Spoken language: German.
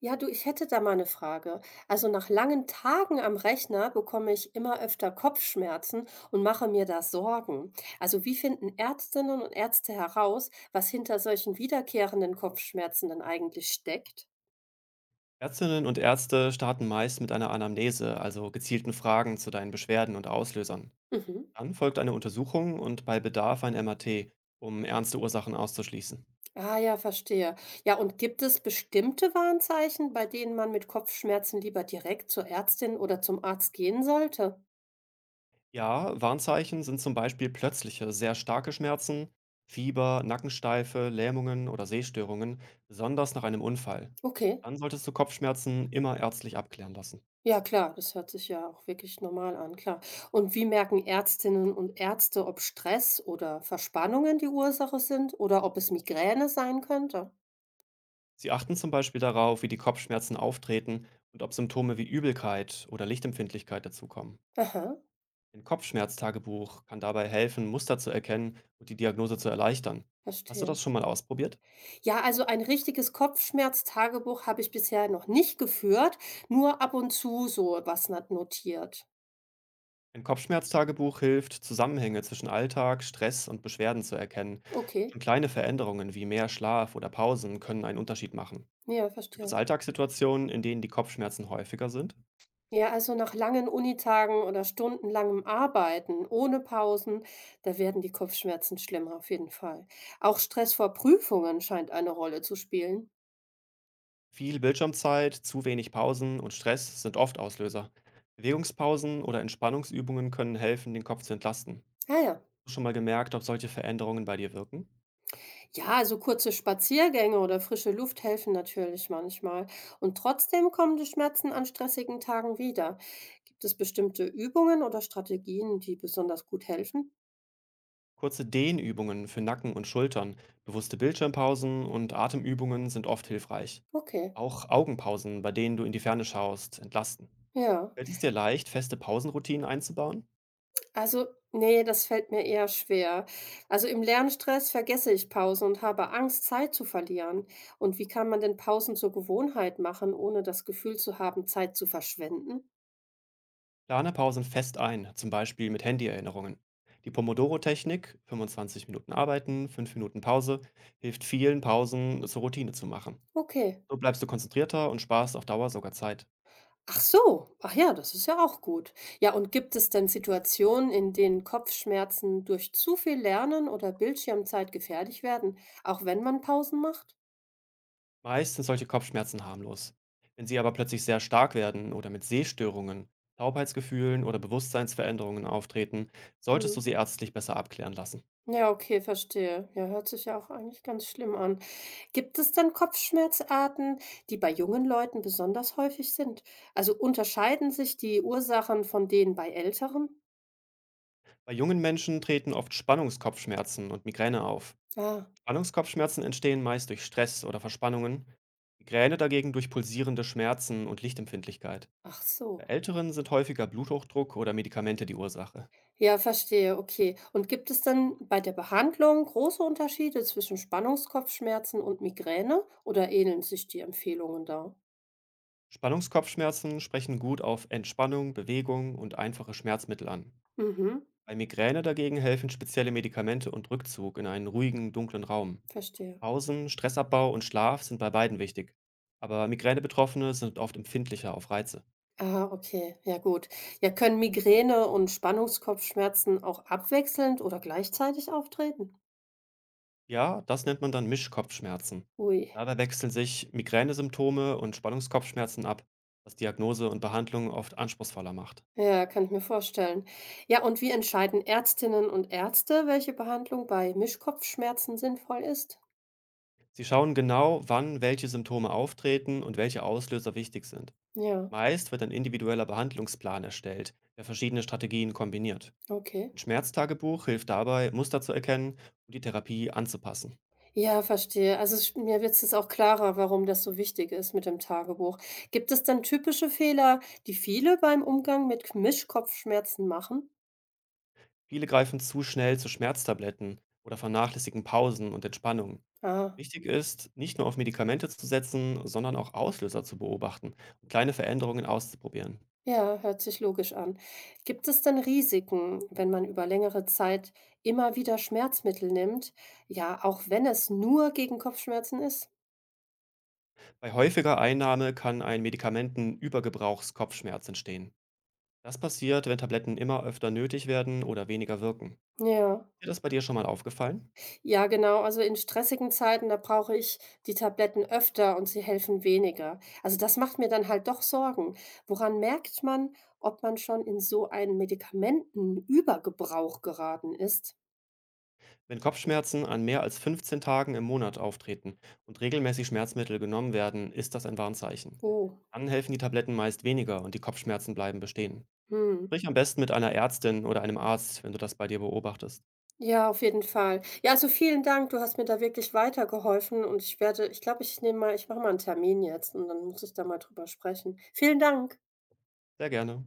Ja, du, ich hätte da mal eine Frage. Also nach langen Tagen am Rechner bekomme ich immer öfter Kopfschmerzen und mache mir da Sorgen. Also wie finden Ärztinnen und Ärzte heraus, was hinter solchen wiederkehrenden Kopfschmerzen denn eigentlich steckt? Ärztinnen und Ärzte starten meist mit einer Anamnese, also gezielten Fragen zu deinen Beschwerden und Auslösern. Mhm. Dann folgt eine Untersuchung und bei Bedarf ein MRT, um ernste Ursachen auszuschließen. Ah ja, verstehe. Ja, und gibt es bestimmte Warnzeichen, bei denen man mit Kopfschmerzen lieber direkt zur Ärztin oder zum Arzt gehen sollte? Ja, Warnzeichen sind zum Beispiel plötzliche, sehr starke Schmerzen, Fieber, Nackensteife, Lähmungen oder Sehstörungen, besonders nach einem Unfall. Okay. Dann solltest du Kopfschmerzen immer ärztlich abklären lassen. Ja klar, das hört sich ja auch wirklich normal an, klar. Und wie merken Ärztinnen und Ärzte, ob Stress oder Verspannungen die Ursache sind oder ob es Migräne sein könnte? Sie achten zum Beispiel darauf, wie die Kopfschmerzen auftreten und ob Symptome wie Übelkeit oder Lichtempfindlichkeit dazukommen. Aha, Ein Kopfschmerztagebuch kann dabei helfen, Muster zu erkennen und die Diagnose zu erleichtern. Hast du verstehe. das schon mal ausprobiert? Ja, also ein richtiges Kopfschmerztagebuch habe ich bisher noch nicht geführt, nur ab und zu so was notiert. Ein Kopfschmerztagebuch hilft, Zusammenhänge zwischen Alltag, Stress und Beschwerden zu erkennen. Schon Okay, kleine Veränderungen wie mehr Schlaf oder Pausen können einen Unterschied machen. ja, Gibt es verstehe. Alltagssituationen, in denen die Kopfschmerzen häufiger sind? Ja, also nach langen Unitagen oder stundenlangem Arbeiten ohne Pausen, da werden die Kopfschmerzen schlimmer auf jeden Fall. Auch Stress vor Prüfungen scheint eine Rolle zu spielen. Viel Bildschirmzeit, zu wenig Pausen und Stress sind oft Auslöser. Bewegungspausen oder Entspannungsübungen können helfen, den Kopf zu entlasten. Ah ja. Hast du schon mal gemerkt, ob solche Veränderungen bei dir wirken? Ja, also kurze Spaziergänge oder frische Luft helfen natürlich manchmal. Und trotzdem kommen die Schmerzen an stressigen Tagen wieder. Gibt es bestimmte Übungen oder Strategien, die besonders gut helfen? Kurze Dehnübungen für Nacken und Schultern, bewusste Bildschirmpausen und Atemübungen sind oft hilfreich. Okay, Auch Augenpausen, bei denen du in die Ferne schaust, entlasten. ja. Fällt es dir leicht, feste Pausenroutinen einzubauen? Also, nee, das fällt mir eher schwer. Also im Lernstress vergesse ich Pausen und habe Angst, Zeit zu verlieren. Und wie kann man denn Pausen zur Gewohnheit machen, ohne das Gefühl zu haben, Zeit zu verschwenden? Plane Pausen fest ein, zum Beispiel mit Handyerinnerungen. Die Pomodoro-Technik, 25 Minuten arbeiten, 5 Minuten Pause, hilft vielen Pausen zur Routine zu machen. Okay. So bleibst du konzentrierter und sparst auf Dauer sogar Zeit. Ach so. Ach ja, das ist ja auch gut. Ja, und gibt es denn Situationen, in denen Kopfschmerzen durch zu viel Lernen oder Bildschirmzeit gefährlich werden, auch wenn man Pausen macht? Meist sind solche Kopfschmerzen harmlos. Wenn sie aber plötzlich sehr stark werden oder mit Sehstörungen, Taubheitsgefühlen oder Bewusstseinsveränderungen auftreten, solltest du Mhm. sie ärztlich besser abklären lassen. Ja, okay, verstehe. Ja, hört sich ja auch eigentlich ganz schlimm an. Gibt es denn Kopfschmerzarten, die bei jungen Leuten besonders häufig sind? Also unterscheiden sich die Ursachen von denen bei Älteren? Bei jungen Menschen treten oft Spannungskopfschmerzen und Migräne auf. Ah, Spannungskopfschmerzen entstehen meist durch Stress oder Verspannungen, Migräne dagegen durch pulsierende Schmerzen und Lichtempfindlichkeit. ach Bei so. Älteren sind häufiger Bluthochdruck oder Medikamente die Ursache. Ja, verstehe, okay. Und gibt es denn bei der Behandlung große Unterschiede zwischen Spannungskopfschmerzen und Migräne oder ähneln sich die Empfehlungen da? Spannungskopfschmerzen sprechen gut auf Entspannung, Bewegung und einfache Schmerzmittel an. Mhm, Bei Migräne dagegen helfen spezielle Medikamente und Rückzug in einen ruhigen, dunklen Raum. verstehe. Pausen, Stressabbau und Schlaf sind bei beiden wichtig. Aber Migräne-Betroffene sind oft empfindlicher auf Reize. Ah, okay, ja gut. Ja, können Migräne und Spannungskopfschmerzen auch abwechselnd oder gleichzeitig auftreten? Ja, das nennt man dann Mischkopfschmerzen. Ui. Dabei wechseln sich Migränesymptome und Spannungskopfschmerzen ab, was Diagnose und Behandlung oft anspruchsvoller macht. Ja, kann ich mir vorstellen. Ja, und wie entscheiden Ärztinnen und Ärzte, welche Behandlung bei Mischkopfschmerzen sinnvoll ist? Sie schauen genau, wann welche Symptome auftreten und welche Auslöser wichtig sind. Ja, Meist wird ein individueller Behandlungsplan erstellt, der verschiedene Strategien kombiniert. okay. Ein Schmerztagebuch hilft dabei, Muster zu erkennen und die Therapie anzupassen. Ja, verstehe. Also mir wird es jetzt auch klarer, warum das so wichtig ist mit dem Tagebuch. Gibt es denn typische Fehler, die viele beim Umgang mit Mischkopfschmerzen machen? Viele greifen zu schnell zu Schmerztabletten oder vernachlässigen Pausen und Entspannung. Ah, Wichtig ist, nicht nur auf Medikamente zu setzen, sondern auch Auslöser zu beobachten und kleine Veränderungen auszuprobieren. ja, hört sich logisch an. Gibt es denn Risiken, wenn man über längere Zeit immer wieder Schmerzmittel nimmt? Ja, auch wenn es nur gegen Kopfschmerzen ist? Bei häufiger Einnahme kann ein Medikamentenübergebrauchskopfschmerz entstehen. Das passiert, wenn Tabletten immer öfter nötig werden oder weniger wirken. Ja. Ist dir das bei dir schon mal aufgefallen? Ja, genau. Also in stressigen Zeiten, da brauche ich die Tabletten öfter und sie helfen weniger. Also das macht mir dann halt doch Sorgen. Woran merkt man, ob man schon in so einen Medikamentenübergebrauch geraten ist? Wenn Kopfschmerzen an mehr als 15 Tagen im Monat auftreten und regelmäßig Schmerzmittel genommen werden, ist das ein Warnzeichen. Oh, Dann helfen die Tabletten meist weniger und die Kopfschmerzen bleiben bestehen. hm. Sprich am besten mit einer Ärztin oder einem Arzt, wenn du das bei dir beobachtest. Ja, auf jeden Fall. Ja, also vielen Dank. Du hast mir da wirklich weitergeholfen und ich glaube, ich mache mal einen Termin jetzt und dann muss ich da mal drüber sprechen. Vielen Dank. Sehr gerne.